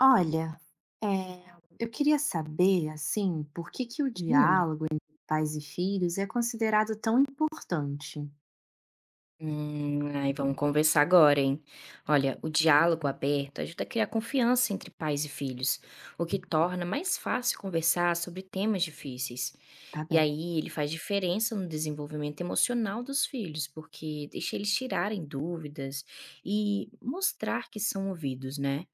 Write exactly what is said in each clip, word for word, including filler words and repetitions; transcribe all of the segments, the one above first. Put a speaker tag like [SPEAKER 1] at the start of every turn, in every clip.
[SPEAKER 1] Olha, eh, eu queria saber, assim, por que que o
[SPEAKER 2] Hum.
[SPEAKER 1] diálogo entre pais e filhos é considerado tão importante?
[SPEAKER 2] Hum, ai, vamos conversar agora, hein? Olha, o diálogo aberto ajuda a criar confiança entre pais e filhos, o que torna mais fácil conversar sobre temas difíceis.
[SPEAKER 1] Tá
[SPEAKER 2] E
[SPEAKER 1] bem.
[SPEAKER 2] aí ele faz diferença no desenvolvimento emocional dos filhos, porque deixa eles tirarem dúvidas e mostrar que são ouvidos, né?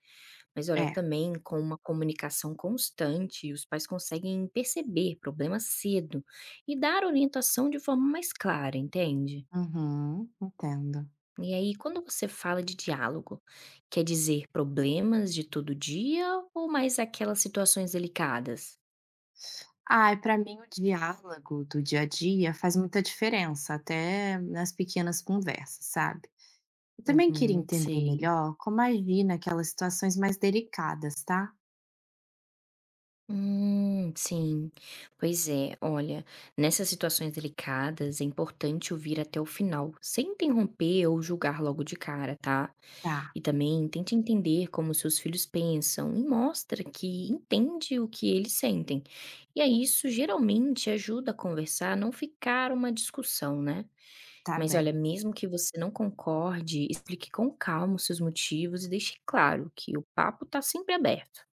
[SPEAKER 2] Mas olha,
[SPEAKER 1] É.
[SPEAKER 2] também com uma comunicação constante, os pais conseguem perceber problemas cedo e dar orientação de forma mais clara, entende?
[SPEAKER 1] Uhum, entendo.
[SPEAKER 2] E aí, quando você fala de diálogo, quer dizer problemas de todo dia ou mais aquelas situações delicadas?
[SPEAKER 1] Ai, para mim o diálogo do dia a dia faz muita diferença, até nas pequenas conversas, sabe? Eu também queria
[SPEAKER 2] Uhum,
[SPEAKER 1] entender
[SPEAKER 2] sei.
[SPEAKER 1] melhor como agir naquelas situações mais delicadas, tá?
[SPEAKER 2] Hum, sim. Pois é, olha, nessas situações delicadas é importante ouvir até o final, sem interromper ou julgar logo de cara, tá?
[SPEAKER 1] Tá,
[SPEAKER 2] E também tente entender como seus filhos pensam e mostra que entende o que eles sentem. E aí, isso geralmente ajuda a conversar, a não ficar uma discussão, né?
[SPEAKER 1] tá
[SPEAKER 2] Mas
[SPEAKER 1] bem.
[SPEAKER 2] olha, mesmo que você não concorde, explique com calma os seus motivos e deixe claro que o papo está sempre aberto.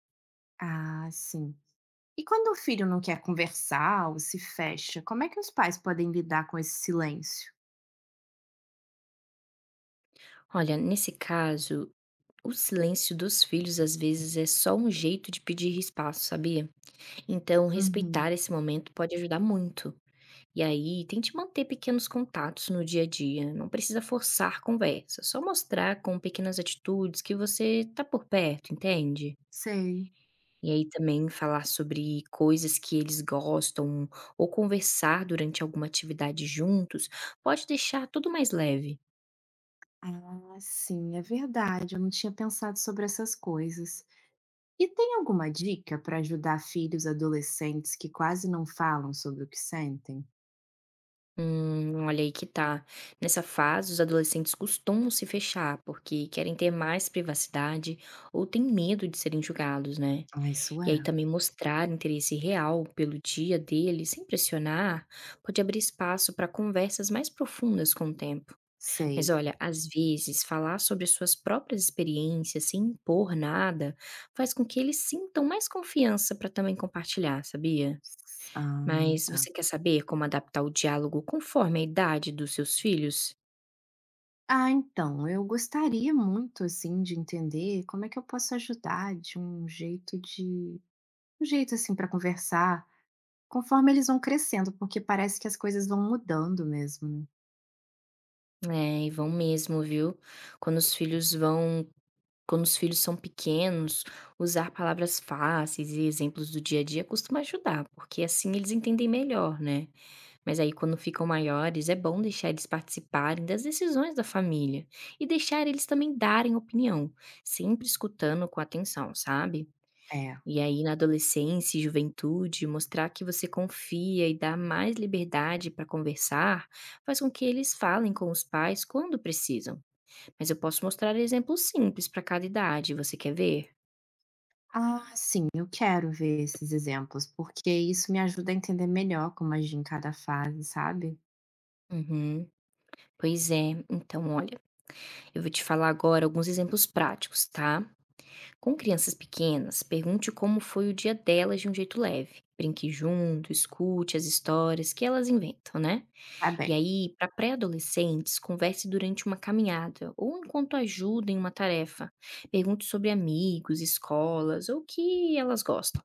[SPEAKER 1] Ah, sim. E quando o filho não quer conversar ou se fecha, como é que os pais podem lidar com esse silêncio?
[SPEAKER 2] Olha, nesse caso, o silêncio dos filhos às vezes é só um jeito de pedir espaço, sabia? Então,
[SPEAKER 1] Uhum,
[SPEAKER 2] respeitar esse momento pode ajudar muito. E aí, tente manter pequenos contatos no dia a dia, não precisa forçar conversa, só mostrar com pequenas atitudes que você está por perto, entende?
[SPEAKER 1] sei.
[SPEAKER 2] E aí também falar sobre coisas que eles gostam ou conversar durante alguma atividade juntos pode deixar tudo mais leve.
[SPEAKER 1] Ah, sim, é verdade. Eu não tinha pensado sobre essas coisas. E tem alguma dica para ajudar filhos adolescentes que quase não falam sobre o que sentem?
[SPEAKER 2] Hum, olha aí que tá. Nessa fase, os adolescentes costumam se fechar porque querem ter mais privacidade ou têm medo de serem julgados, né?
[SPEAKER 1] Ah, isso
[SPEAKER 2] E aí
[SPEAKER 1] é.
[SPEAKER 2] também mostrar interesse real pelo dia deles, sem pressionar, pode abrir espaço para conversas mais profundas com o tempo. Mas
[SPEAKER 1] Sei.
[SPEAKER 2] olha, às vezes falar sobre suas próprias experiências sem impor nada faz com que eles sintam mais confiança para também compartilhar, sabia?
[SPEAKER 1] Ah,
[SPEAKER 2] Mas
[SPEAKER 1] tá.
[SPEAKER 2] você quer saber como adaptar o diálogo conforme a idade dos seus filhos?
[SPEAKER 1] Ah, então, eu gostaria muito assim de entender como é que eu posso ajudar de um jeito de um jeito assim para conversar conforme eles vão crescendo, porque parece que as coisas vão mudando mesmo.
[SPEAKER 2] É, e vão mesmo, viu? Quando os filhos vão, Quando os filhos são pequenos, usar palavras fáceis e exemplos do dia a dia costuma ajudar, porque assim eles entendem melhor, né? Mas aí, quando ficam maiores, é bom deixar eles participarem das decisões da família e deixar eles também darem opinião, sempre escutando com atenção, sabe?
[SPEAKER 1] Né? É.
[SPEAKER 2] E aí, na adolescência e juventude, mostrar que você confia e dá mais liberdade para conversar faz com que eles falem com os pais quando precisam. Mas eu posso mostrar exemplos simples para cada idade, você quer ver?
[SPEAKER 1] Ah, sim, eu quero ver esses exemplos, porque isso me ajuda a entender melhor como agir em cada fase, sabe?
[SPEAKER 2] Uhum. Pois é, então olha, eu vou te falar agora alguns exemplos práticos, tá? Com crianças pequenas, pergunte como foi o dia delas de um jeito leve. Brinque junto, escute as histórias que elas inventam, né?
[SPEAKER 1] Tá
[SPEAKER 2] E
[SPEAKER 1] bem,
[SPEAKER 2] aí, para pré-adolescentes, converse durante uma caminhada ou enquanto ajuda em uma tarefa. Pergunte sobre amigos, escolas ou o que elas gostam.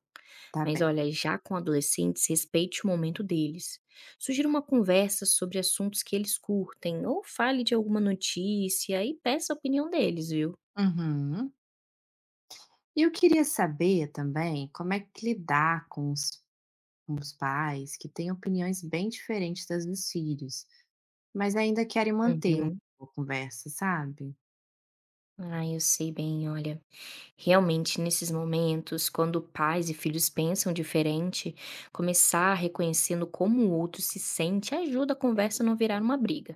[SPEAKER 1] tá
[SPEAKER 2] Mas
[SPEAKER 1] bem.
[SPEAKER 2] olha, já com adolescentes, respeite o momento deles. Sugira uma conversa sobre assuntos que eles curtem ou fale de alguma notícia e peça a opinião deles, viu?
[SPEAKER 1] Uhum. E eu queria saber também como é que lidar com os, com os pais que têm opiniões bem diferentes das dos filhos, mas ainda querem manter uma
[SPEAKER 2] Uhum.
[SPEAKER 1] boa conversa, sabe?
[SPEAKER 2] Ah, eu sei bem, olha. Realmente, nesses momentos, quando pais e filhos pensam diferente, começar reconhecendo como o outro se sente ajuda a conversa a não virar uma briga.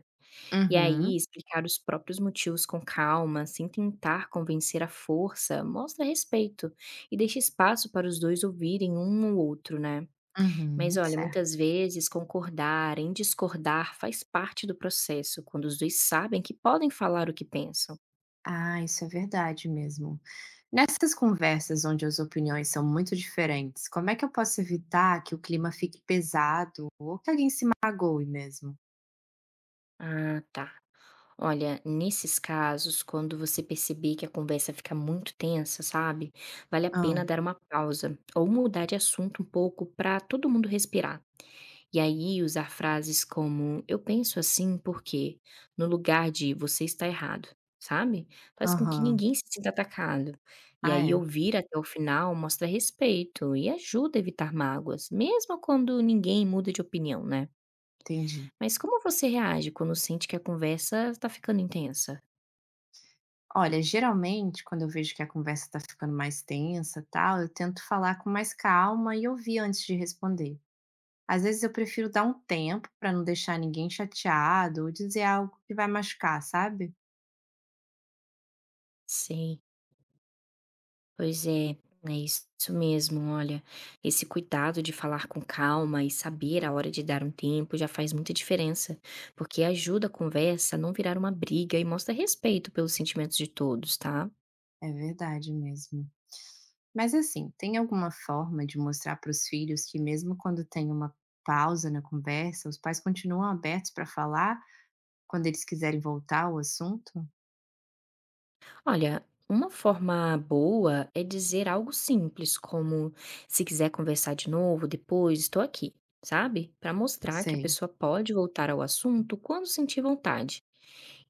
[SPEAKER 2] E aí,
[SPEAKER 1] Uhum,
[SPEAKER 2] explicar os próprios motivos com calma, sem tentar convencer à força, mostra respeito e deixa espaço para os dois ouvirem um ao outro, né? Mas
[SPEAKER 1] uhum,
[SPEAKER 2] olha,
[SPEAKER 1] certo.
[SPEAKER 2] muitas vezes concordar em discordar faz parte do processo, quando os dois sabem que podem falar o que pensam.
[SPEAKER 1] Ah, isso é verdade mesmo. Nessas conversas onde as opiniões são muito diferentes, como é que eu posso evitar que o clima fique pesado ou que alguém se magoe mesmo?
[SPEAKER 2] Ah, tá. Olha, nesses casos, quando você perceber que a conversa fica muito tensa, sabe? Vale a pena
[SPEAKER 1] Ah,
[SPEAKER 2] dar uma pausa ou mudar de assunto um pouco para todo mundo respirar. E aí usar frases como eu penso assim porque, no lugar de você está errado, sabe? Faz com que
[SPEAKER 1] aham.
[SPEAKER 2] ninguém se sinta atacado. E
[SPEAKER 1] Ah,
[SPEAKER 2] aí
[SPEAKER 1] é.
[SPEAKER 2] ouvir até o final mostra respeito e ajuda a evitar mágoas, mesmo quando ninguém muda de opinião, né?
[SPEAKER 1] Entendi.
[SPEAKER 2] Mas como você reage quando sente que a conversa está ficando intensa?
[SPEAKER 1] Olha, geralmente, quando eu vejo que a conversa tá ficando mais tensa, tal, eu tento falar com mais calma e ouvir antes de responder. Às vezes eu prefiro dar um tempo para não deixar ninguém chateado ou dizer algo que vai machucar, sabe?
[SPEAKER 2] Sim, pois é, é isso mesmo. Olha, esse cuidado de falar com calma e saber a hora de dar um tempo já faz muita diferença, porque ajuda a conversa a não virar uma briga e mostra respeito pelos sentimentos de todos, tá?
[SPEAKER 1] É verdade mesmo. Mas assim, tem alguma forma de mostrar para os filhos que mesmo quando tem uma pausa na conversa, os pais continuam abertos para falar quando eles quiserem voltar ao assunto?
[SPEAKER 2] Olha, uma forma boa é dizer algo simples, como se quiser conversar de novo depois, estou aqui, sabe? Para mostrar que a
[SPEAKER 1] Sei.
[SPEAKER 2] pessoa pode voltar ao assunto quando sentir vontade.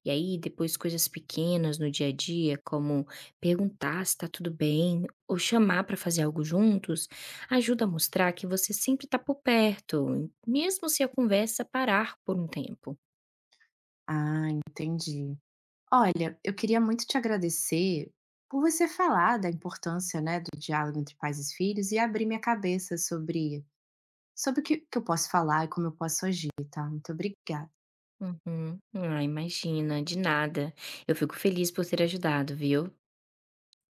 [SPEAKER 2] E aí, depois, coisas pequenas no dia a dia, como perguntar se está tudo bem ou chamar para fazer algo juntos, ajuda a mostrar que você sempre está por perto, mesmo se a conversa parar por um tempo.
[SPEAKER 1] Ah, entendi. Olha, eu queria muito te agradecer por você falar da importância, né, do diálogo entre pais e filhos e abrir minha cabeça sobre sobre o que, que eu posso falar e como eu posso agir, tá? Muito obrigada.
[SPEAKER 2] Uhum. Ah, imagina, de nada. Eu fico feliz por ter ajudado, viu?